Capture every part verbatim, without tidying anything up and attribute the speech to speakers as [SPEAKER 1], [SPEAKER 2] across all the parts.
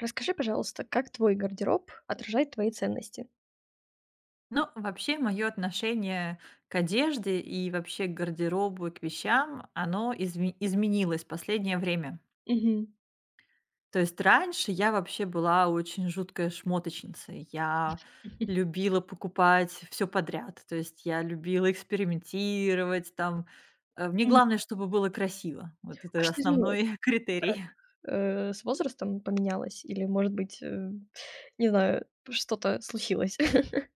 [SPEAKER 1] Расскажи, пожалуйста, как твой гардероб отражает твои ценности?
[SPEAKER 2] Ну, вообще, мое отношение к одежде и вообще к гардеробу и к вещам, оно изме- изменилось в последнее время.
[SPEAKER 1] Мгм.
[SPEAKER 2] То есть раньше я вообще была очень жуткая шмоточница. Я любила покупать все подряд. То есть я любила экспериментировать там. Э, Мне
[SPEAKER 1] М.
[SPEAKER 2] главное, чтобы было красиво. Вот
[SPEAKER 1] А
[SPEAKER 2] это
[SPEAKER 1] что изменилось?
[SPEAKER 2] основной
[SPEAKER 1] Как,
[SPEAKER 2] критерий.
[SPEAKER 1] э, с возрастом поменялось? Или, может быть, э, не знаю, что-то случилось?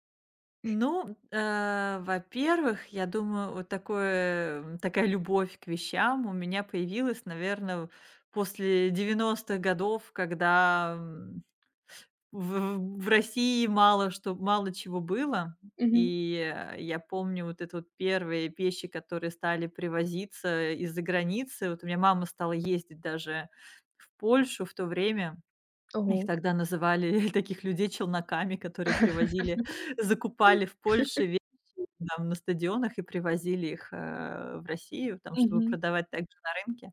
[SPEAKER 2] Ну, э, во-первых, я думаю, вот такое, такая любовь к вещам у меня появилась, наверное, после девяностых годов, когда м, в, в России мало что, мало чего было.
[SPEAKER 1] Мгм.
[SPEAKER 2] И э, я помню вот это вот первые вещи, которые стали привозиться из-за границы. Вот у меня мама стала ездить даже в Польшу в то время,
[SPEAKER 1] Ого.
[SPEAKER 2] их тогда называли, таких людей, челноками, которые привозили, закупали в Польше вещи там на стадионах и привозили их, э, в Россию, там, чтобы
[SPEAKER 1] Мгм.
[SPEAKER 2] продавать также на рынке.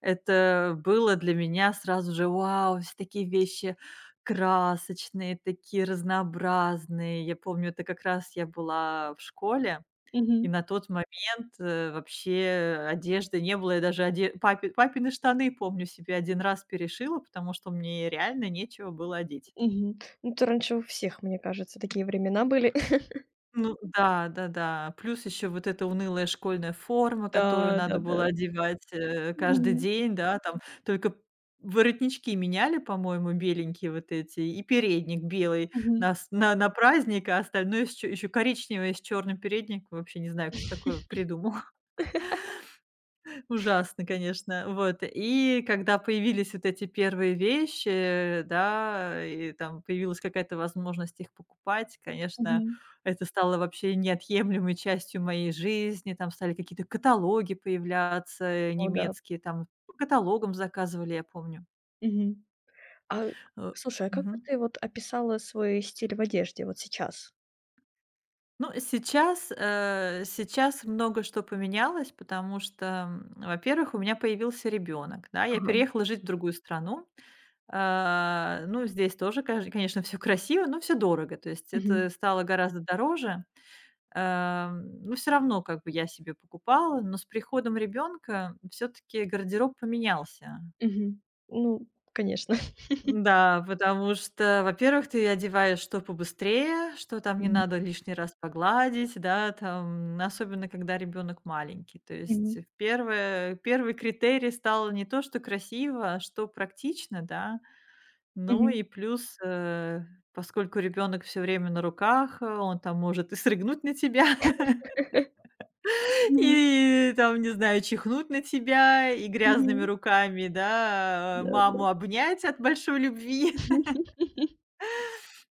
[SPEAKER 2] Это было для меня сразу же: "Вау, все такие вещи красочные, такие разнообразные". Я помню, это как раз я была в школе. И
[SPEAKER 1] Мгм.
[SPEAKER 2] на тот момент, э, вообще одежды не было. Я даже оде папи папины штаны, помню, себе один раз перешила, потому что мне реально нечего было одеть.
[SPEAKER 1] Мгм. Ну, это раньше у всех, мне кажется, такие времена были.
[SPEAKER 2] Ну да, да-да. Плюс еще вот эта унылая школьная форма, которую
[SPEAKER 1] Да,
[SPEAKER 2] надо
[SPEAKER 1] да-да.
[SPEAKER 2] было одевать, э, каждый
[SPEAKER 1] Мгм.
[SPEAKER 2] день, да, там только воротнички меняли, по-моему, беленькие вот эти, и передник белый
[SPEAKER 1] Мгм.
[SPEAKER 2] на с на на праздник, а остальное с еще коричневое с черным передником. Вообще не знаю, кто такое придумал. Ужасно, конечно. Вот. И когда появились вот эти первые вещи, да, и там появилась какая-то возможность их покупать, конечно,
[SPEAKER 1] Мгм.
[SPEAKER 2] это стало вообще неотъемлемой частью моей жизни. Там стали какие-то каталоги появляться, э,
[SPEAKER 1] О да.
[SPEAKER 2] немецкие, там по каталогам заказывали, я помню.
[SPEAKER 1] Мгм. А,
[SPEAKER 2] Э,
[SPEAKER 1] слушай, а как
[SPEAKER 2] Мгм.
[SPEAKER 1] бы ты вот описала свой стиль в одежде вот сейчас?
[SPEAKER 2] Ну, сейчас, э, сейчас много что поменялось, потому что, м, во-первых, у меня появился ребенок, да, я
[SPEAKER 1] Ага.
[SPEAKER 2] переехала жить в другую страну. А, ну, здесь тоже, каж конечно, все красиво, но все дорого, то есть
[SPEAKER 1] Мгм.
[SPEAKER 2] это стало гораздо дороже. Ам, но все равно как бы я себе покупала, но с приходом ребенка все таки гардероб поменялся.
[SPEAKER 1] Мгм. Ну, конечно.
[SPEAKER 2] Да, потому что, во-первых, ты одеваешь что побыстрее, что там не
[SPEAKER 1] Мгм.
[SPEAKER 2] надо лишний раз погладить, да, там, особенно когда ребенок маленький. То есть
[SPEAKER 1] Мгм.
[SPEAKER 2] в первое, первый критерий стал не то, что красиво, а что практично, да. Ну
[SPEAKER 1] Мгм.
[SPEAKER 2] и плюс, э, поскольку ребенок все время на руках, э, он там может и срыгнуть на тебя,
[SPEAKER 1] Мгм.
[SPEAKER 2] и там, не знаю, чихнуть на тебя, и грязными
[SPEAKER 1] Мгм.
[SPEAKER 2] руками, да, а,
[SPEAKER 1] Да,
[SPEAKER 2] маму
[SPEAKER 1] да.
[SPEAKER 2] обнять от большой любви.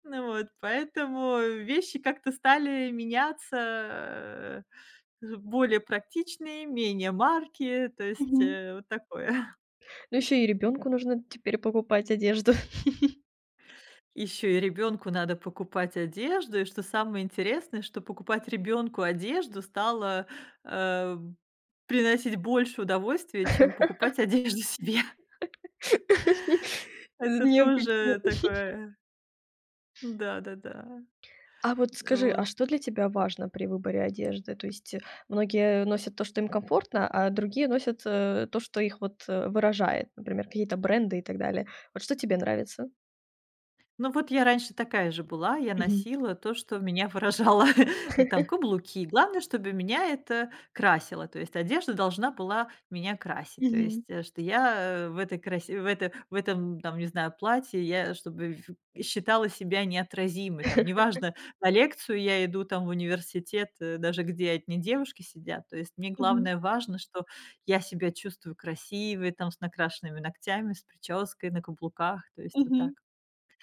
[SPEAKER 2] Ну вот, поэтому вещи как-то стали меняться, э, более практичные, менее марки, то есть,
[SPEAKER 1] Мгм.
[SPEAKER 2] э, вот такое.
[SPEAKER 1] Ну, еще и ребенку нужно теперь покупать одежду.
[SPEAKER 2] Еще и ребенку надо покупать одежду, и что самое интересное, что покупать ребенку одежду стало, э, приносить больше удовольствия, чем покупать одежду себе. Это
[SPEAKER 1] Необычно.
[SPEAKER 2] тоже такое да-да-да,
[SPEAKER 1] А вот скажи, а
[SPEAKER 2] вот.
[SPEAKER 1] что для тебя важно при выборе одежды? То есть, э, многие носят то, что им комфортно, а другие носят, э, то, что их вот, э, выражает, например, какие-то бренды и так далее. Вот что тебе нравится?
[SPEAKER 2] Ну, вот я раньше такая же была. Я
[SPEAKER 1] Мгм.
[SPEAKER 2] носила то, что меня выражало, ну, там, каблуки. Главное, чтобы меня это красило. То есть одежда должна была меня красить. То
[SPEAKER 1] Мгм.
[SPEAKER 2] есть, э, что я, э, в этой красе в это в этом, там, не знаю, платье, я чтобы в считала себя неотразимой. Там, неважно, на лекцию я иду, там, в университет, э, даже где одни девушки сидят. То есть мне
[SPEAKER 1] Мгм.
[SPEAKER 2] главное важно, что я себя чувствую красивой, там, с накрашенными ногтями, с прической, на каблуках. То есть вот так.
[SPEAKER 1] Мгм.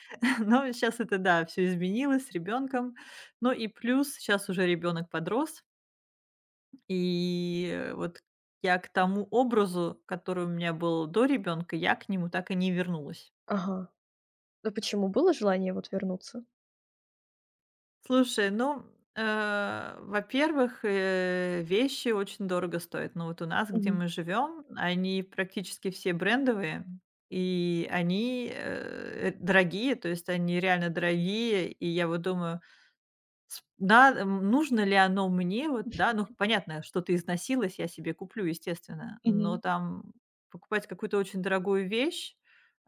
[SPEAKER 2] Но сейчас это, да, все изменилось с ребенком. Ну и плюс сейчас уже ребенок подрос, и вот я к тому образу, который у меня был до ребенка, я к нему так и не вернулась.
[SPEAKER 1] Ага. А почему? Было желание вот вернуться?
[SPEAKER 2] Слушай, ну, э, во-первых, э, вещи очень дорого стоят. Но вот у нас, где
[SPEAKER 1] Мгм.
[SPEAKER 2] мы живем, они практически все брендовые, и они, э, дорогие, то есть они реально дорогие. И я вот думаю, С да, м, нужно ли оно мне, вот, да. Ну, понятно, что-то из я себе куплю, естественно, но
[SPEAKER 1] Мгм.
[SPEAKER 2] там покупать какую-то очень дорогую вещь,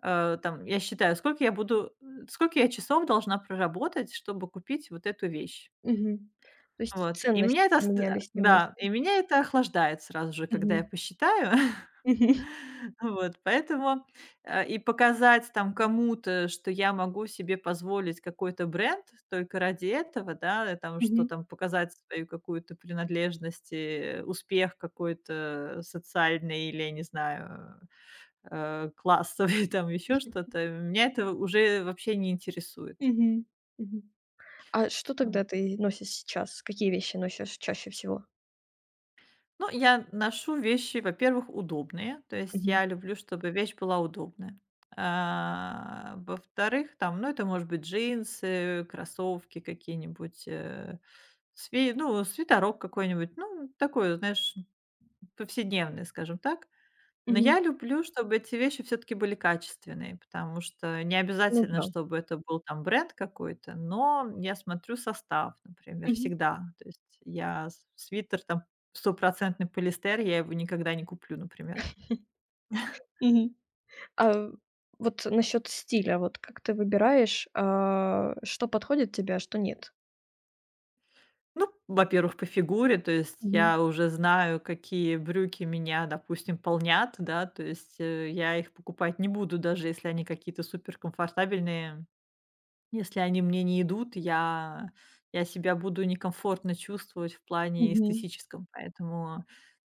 [SPEAKER 2] э, там, я считаю, сколько я буду э, сколько я часов должна проработать, чтобы купить вот эту вещь.
[SPEAKER 1] Мгм. То есть
[SPEAKER 2] Вот, и
[SPEAKER 1] ценности
[SPEAKER 2] меня это ст
[SPEAKER 1] поменялись немнож
[SPEAKER 2] да, и меня это охлаждает сразу же, когда я
[SPEAKER 1] Мгм.
[SPEAKER 2] посчитаю.
[SPEAKER 1] Мгм.
[SPEAKER 2] Вот, поэтому, э, и показать там кому-то, что я могу себе позволить какой-то бренд только ради этого, да, э, там, что
[SPEAKER 1] Мгм.
[SPEAKER 2] там показать свою какую-то принадлежность, и успех какой-то социальный или, я не знаю, э, классовый, там еще что-то, меня это уже вообще не интересует.
[SPEAKER 1] Мгм. Мгм. А что тогда ты носишь сейчас? Какие вещи носишь чаще всего?
[SPEAKER 2] Ну, я ношу вещи, во-первых, удобные. То есть
[SPEAKER 1] Мгм.
[SPEAKER 2] я люблю, чтобы вещь была удобная. А, во-вторых, там, ну, это может быть джинсы, кроссовки какие-нибудь, э, сви ну, свитерок какой-нибудь. Ну, такой, знаешь, повседневный, скажем так. Но
[SPEAKER 1] Мгм.
[SPEAKER 2] я люблю, чтобы эти вещи все таки были качественные, потому что не
[SPEAKER 1] Ну
[SPEAKER 2] обязательно,
[SPEAKER 1] да.
[SPEAKER 2] чтобы это был там бренд какой-то, но я смотрю состав, например,
[SPEAKER 1] Мгм.
[SPEAKER 2] всегда. То есть я с свитер там стопроцентный полиэстер, я его никогда не куплю, например.
[SPEAKER 1] Мгм. А вот насчет стиля, вот как ты выбираешь, а, что подходит тебе, а что нет?
[SPEAKER 2] Ну, во-первых, по фигуре, то есть
[SPEAKER 1] Мгм.
[SPEAKER 2] я уже знаю, какие брюки меня, допустим, полнят, да, то есть, э, я их покупать не буду, даже если они какие-то суперкомфортабельные. Если они мне не идут, я я себя буду некомфортно чувствовать в плане
[SPEAKER 1] Мгм.
[SPEAKER 2] эстетическом, поэтому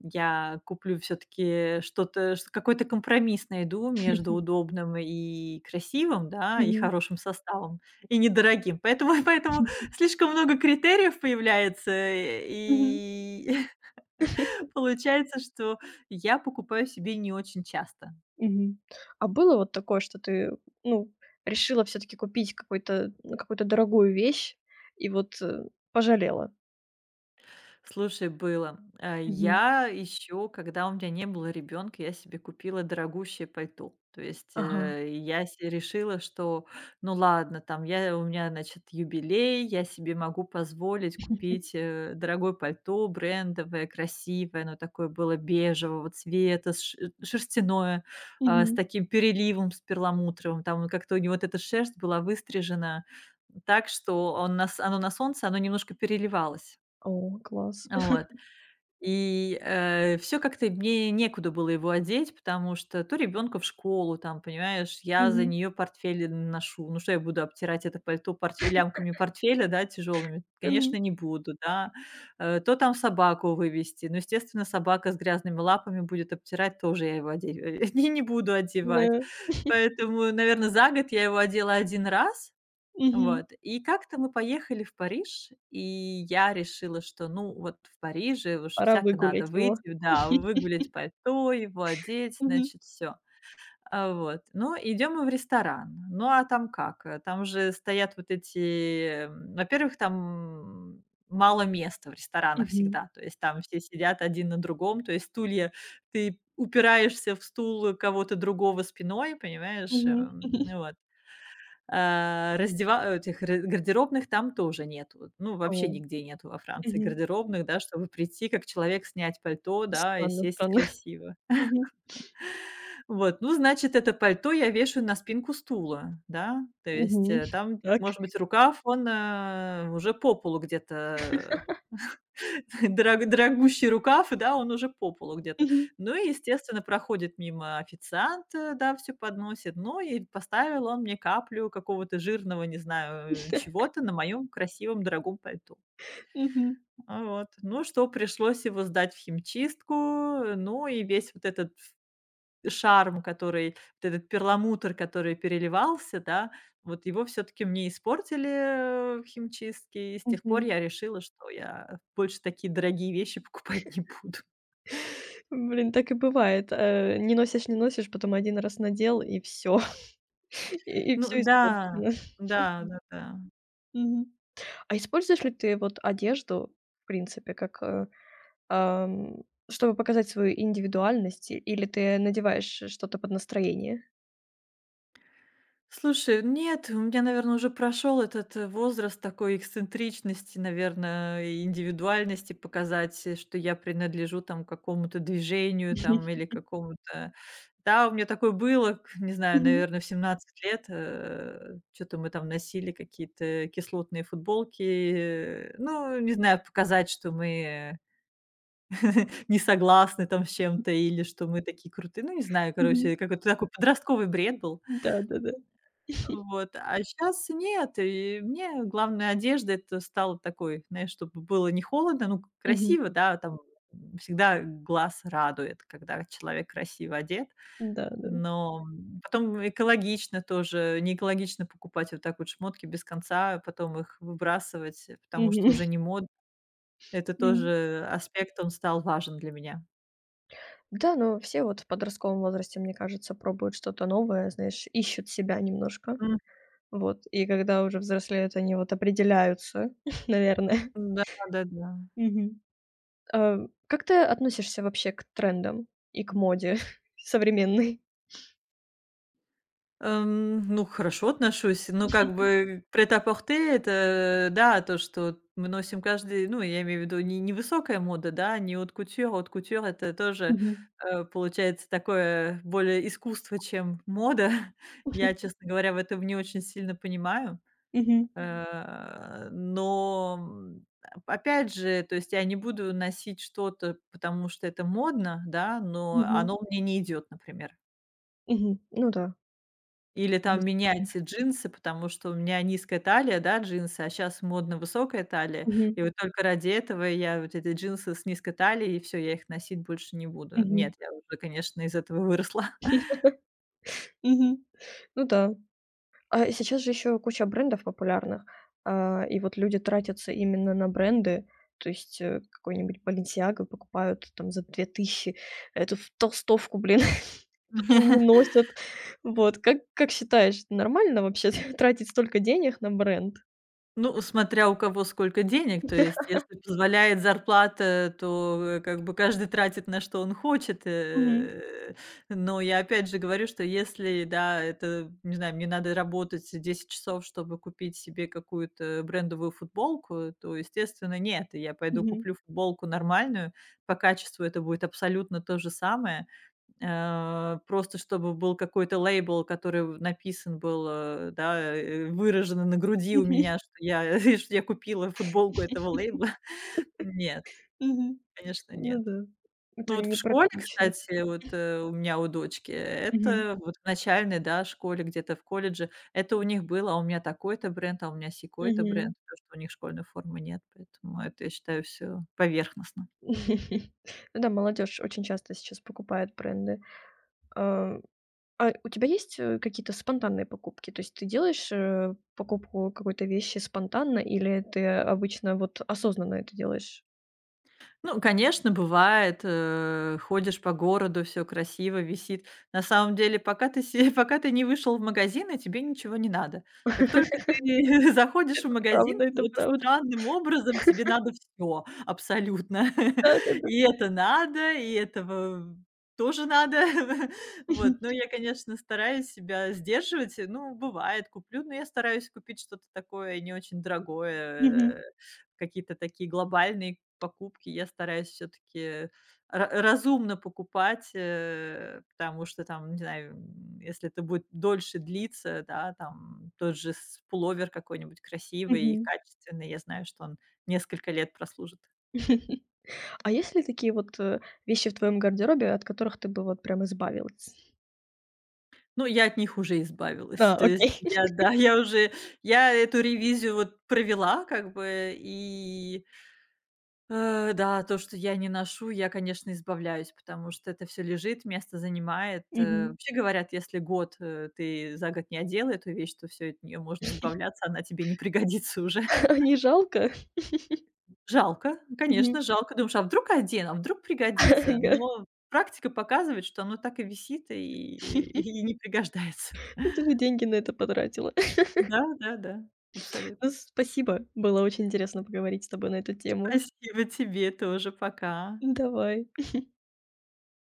[SPEAKER 2] я куплю все таки что-то, ш какой-то компромисс найду между удобным и красивым, да, и
[SPEAKER 1] Мгм.
[SPEAKER 2] хорошим составом, и недорогим. Поэтому поэтому слишком много критериев появляется, э,
[SPEAKER 1] Мгм.
[SPEAKER 2] и получается, что я покупаю себе не очень часто.
[SPEAKER 1] Мгм. А было вот такое, что ты, ну, решила все-таки купить какой-то, ну, какую-то дорогую вещь и вот э, пожалела?
[SPEAKER 2] Слушай, было. А,
[SPEAKER 1] Мгм.
[SPEAKER 2] я еще, когда у меня не было ребенка, я себе купила дорогущее пальто. То есть,
[SPEAKER 1] Ага.
[SPEAKER 2] э, я се решила, что ну ладно, там я у меня, значит, юбилей, я себе могу позволить купить, э, дорогое пальто, брендовое, красивое, оно такое было бежевого цвета, с ше шерстяное, а, с
[SPEAKER 1] Мгм.
[SPEAKER 2] таким переливом, с перламутровым. Там как-то у него вот эта шерсть была выстрижена так, что он на с оно на солнце, оно немножко переливалось.
[SPEAKER 1] О, класс.
[SPEAKER 2] Вот. И все как-то мне некуда было его одеть, потому что то ребенка в школу, там, понимаешь, я за
[SPEAKER 1] Мгм.
[SPEAKER 2] нее портфель ношу. Ну, что я буду обтирать это пальто портфе лямками портфеля, да, тяжелыми, конечно,
[SPEAKER 1] Мгм.
[SPEAKER 2] не буду, да. Э, то там собаку вывести, ну, естественно, собака с грязными лапами будет обтирать, тоже я его оде не не буду одевать.
[SPEAKER 1] Да.
[SPEAKER 2] Поэтому, наверное, за год я его одела один раз.
[SPEAKER 1] Мгм.
[SPEAKER 2] Вот. И как-то мы поехали в Париж, и я решила, что, ну, вот в Париже уж
[SPEAKER 1] Пора
[SPEAKER 2] всяко надо
[SPEAKER 1] выгулять его.
[SPEAKER 2] выйти, да, выгулять пальто, его одеть,
[SPEAKER 1] Мгм.
[SPEAKER 2] значит, все. Вот. Ну, идем мы в ресторан. Ну, а там как? Э, Там же стоят вот эти. м, Во-первых, там мало места в ресторанах
[SPEAKER 1] Мгм.
[SPEAKER 2] всегда. То есть там все сидят один на другом. То есть стулья. Ты упираешься в стул кого-то другого спиной, понимаешь?
[SPEAKER 1] Мгм.
[SPEAKER 2] Эм, Вот. А, раздева этих ра гардеробных там тоже нету. Ну, вообще
[SPEAKER 1] О.
[SPEAKER 2] нигде нету во Франции
[SPEAKER 1] Мгм.
[SPEAKER 2] гардеробных, да, чтобы прийти как человек, снять пальто, да, и
[SPEAKER 1] Странно
[SPEAKER 2] сесть
[SPEAKER 1] странно.
[SPEAKER 2] красиво.
[SPEAKER 1] Мгм.
[SPEAKER 2] Вот, ну, значит, это пальто я вешаю на спинку стула, да, то есть,
[SPEAKER 1] Мгм.
[SPEAKER 2] э, там,
[SPEAKER 1] Так.
[SPEAKER 2] может быть, рукав, он, э, уже по полу где-то. Дорог дорогущий рукав, да, он уже по полу где-то.
[SPEAKER 1] Мгм.
[SPEAKER 2] Ну и, естественно, проходит мимо официант, э, да, все подносит. Ну и поставил он мне каплю какого-то жирного, не знаю, э, чего-то на моем красивом дорогом пальто.
[SPEAKER 1] Мгм.
[SPEAKER 2] А, вот. Ну, что пришлось его сдать в химчистку. э, Ну и весь вот этот шарм, который, вот этот перламутр, который переливался, да, вот его все таки мне испортили, э, в химчистке, и с тех пор
[SPEAKER 1] Мгм.
[SPEAKER 2] я решила, что я больше такие дорогие вещи покупать не буду.
[SPEAKER 1] Блин, так и бывает. Э, не носишь, не носишь, потом один раз надел и всё. И и
[SPEAKER 2] Ну
[SPEAKER 1] всё
[SPEAKER 2] да,
[SPEAKER 1] испортено.
[SPEAKER 2] да-да-да.
[SPEAKER 1] Мгм. А используешь ли ты вот одежду, в принципе, как, э, ам, чтобы показать свою индивидуальность, и- или ты надеваешь что-то под настроение?
[SPEAKER 2] Слушай, нет, у меня, наверное, уже прошел этот э, возраст такой эксцентричности, наверное, индивидуальности показать, э, что я принадлежу там какому-то движению там или какому-то. Да, у меня такое было, к- не знаю,
[SPEAKER 1] Мгм.
[SPEAKER 2] наверное, в семнадцать лет. Что-то мы там носили какие-то кислотные футболки. э, Ну, не знаю, показать, что мы э, не согласны там с чем-то или что мы такие крутые. Ну, не знаю,
[SPEAKER 1] Мгм.
[SPEAKER 2] короче, какой-то такой подростковый бред был.
[SPEAKER 1] Да-да-да.
[SPEAKER 2] Вот, а сейчас нет. И мне главная одежда это стала такой, знаешь, чтобы было не холодно, ну,
[SPEAKER 1] Мгм.
[SPEAKER 2] красиво, да, там всегда глаз радует, когда человек красиво одет.
[SPEAKER 1] Да-да.
[SPEAKER 2] Но, м, потом экологично тоже. Не экологично покупать вот так вот шмотки без конца, потом их выбрасывать, потому что
[SPEAKER 1] Мгм.
[SPEAKER 2] уже не модно. Это
[SPEAKER 1] Мгм.
[SPEAKER 2] тоже аспект, он стал важен для меня.
[SPEAKER 1] Да, но все вот в подростковом возрасте, мне кажется, пробуют что-то новое, знаешь, ищут себя немножко.
[SPEAKER 2] М,
[SPEAKER 1] Вот. И когда уже взрослеют, они вот определяются, наверное.
[SPEAKER 2] да-да-да.
[SPEAKER 1] Мгм. А, как ты относишься вообще к трендам и к моде современной?
[SPEAKER 2] Эм, ну, хорошо отношусь. Ну, как бы прет-а-порте- это, да, то, что мы носим каждый ну, я имею в виду, не не высокая мода, да, не от кутюр, от кутюр это тоже,
[SPEAKER 1] Мгм.
[SPEAKER 2] э, получается такое более искусство, чем мода. Я, честно говоря, в этом не очень сильно понимаю.
[SPEAKER 1] Мгм.
[SPEAKER 2] Э, но, м, опять же, то есть я не буду носить что-то, потому что это модно, да, но
[SPEAKER 1] Мгм.
[SPEAKER 2] оно мне не идет, например.
[SPEAKER 1] Мгм. Ну да.
[SPEAKER 2] Или там
[SPEAKER 1] То
[SPEAKER 2] менять джинсы, потому что у меня низкая талия, да, джинсы, а сейчас модно высокая талия. И
[SPEAKER 1] Мгм.
[SPEAKER 2] вот только ради этого я вот эти джинсы с низкой талией, и все, я их носить больше не буду. Нет,
[SPEAKER 1] Мгм.
[SPEAKER 2] я уже, конечно, из этого выросла.
[SPEAKER 1] Мгм. Ну да. А сейчас же еще куча брендов популярных, а, и вот люди тратятся именно на бренды. То есть, э, какой-нибудь Balenciaga покупают там за две тысячи эту ф толстовку, блин, потом не носят. Вот. Как как считаешь, нормально вообще тратить столько денег на бренд?
[SPEAKER 2] Ну, смотря у кого сколько денег, то есть, если позволяет зарплата, то, э, как бы каждый тратит на что он хочет.
[SPEAKER 1] Мгм.
[SPEAKER 2] Э, но я опять же говорю, что если, да, это, не знаю, мне надо работать 10 часов, чтобы купить себе какую-то брендовую футболку, то, естественно, нет. Я пойду
[SPEAKER 1] Мгм.
[SPEAKER 2] куплю футболку нормальную, по качеству это будет абсолютно то же самое. Э, просто чтобы был какой-то лейбл, который в написан был, э, да, э, выражено на груди у
[SPEAKER 1] Мгм.
[SPEAKER 2] меня, что я что я купила футболку этого лейбла. Нет,
[SPEAKER 1] Мгм.
[SPEAKER 2] конечно,
[SPEAKER 1] Ну
[SPEAKER 2] нет.
[SPEAKER 1] да.
[SPEAKER 2] Ну,
[SPEAKER 1] Это
[SPEAKER 2] вот в школе,
[SPEAKER 1] непрактично.
[SPEAKER 2] кстати, вот, э, у меня у дочки,
[SPEAKER 1] Мгм.
[SPEAKER 2] это вот в начальной, да, школе, где-то в колледже, это у них было: "А у меня такой-то бренд, а у меня сякой-то бренд".
[SPEAKER 1] Мгм.
[SPEAKER 2] Потому что у них школьной формы нет, поэтому это, я считаю, все поверхностно.
[SPEAKER 1] Ну да, молодежь очень часто сейчас покупает бренды. А А у тебя есть, э, какие-то спонтанные покупки? То есть ты делаешь, э, покупку какой-то вещи спонтанно или ты обычно вот осознанно это делаешь?
[SPEAKER 2] Ну, конечно, бывает, э, ходишь по городу, все красиво висит. На самом деле, пока ты се пока ты не вышел в магазин, и тебе ничего не надо. Как только ты заходишь в магазин,
[SPEAKER 1] Правда, это
[SPEAKER 2] вот
[SPEAKER 1] правда.
[SPEAKER 2] странным образом тебе надо все абсолютно.
[SPEAKER 1] Да-да-да.
[SPEAKER 2] И это надо, и этого тоже надо. Вот, но
[SPEAKER 1] Мгм.
[SPEAKER 2] я, конечно, стараюсь себя сдерживать. Ну, бывает, куплю, но я стараюсь купить что-то такое не очень
[SPEAKER 1] Мгм.
[SPEAKER 2] дорогое. Какие-то такие глобальные покупки я стараюсь все таки разумно покупать, э, потому что там, не знаю, м, если это будет дольше длиться, да, там тот же с пуловер какой-нибудь красивый и
[SPEAKER 1] Мгм.
[SPEAKER 2] качественный, я знаю, что он несколько лет прослужит.
[SPEAKER 1] А есть ли такие вот, э, вещи в твоем гардеробе, от которых ты бы вот прям избавилась?
[SPEAKER 2] Ну, я от них уже избавилась.
[SPEAKER 1] Да,
[SPEAKER 2] То есть
[SPEAKER 1] окей.
[SPEAKER 2] я, да, я уже я эту ревизию вот провела как бы и. Э, да, то, что я не ношу, я, конечно, избавляюсь, потому что это все лежит, место занимает. Э,
[SPEAKER 1] Мгм.
[SPEAKER 2] вообще говорят, если год, э, ты за год не одела эту вещь, то все от нее можно избавляться, она тебе не пригодится уже.
[SPEAKER 1] Не жалко?
[SPEAKER 2] Жалко, конечно,
[SPEAKER 1] Мгм.
[SPEAKER 2] жалко. Думаешь, а вдруг одену, а вдруг пригодится?
[SPEAKER 1] Ага.
[SPEAKER 2] Но практика показывает, что оно так и висит и и не пригождается.
[SPEAKER 1] Ну, ты же деньги на это потратила.
[SPEAKER 2] Да, да, да,
[SPEAKER 1] Ну,
[SPEAKER 2] абсолютно.
[SPEAKER 1] спасибо, было очень интересно поговорить с тобой на эту тему.
[SPEAKER 2] Спасибо тебе тоже. Пока.
[SPEAKER 1] Давай.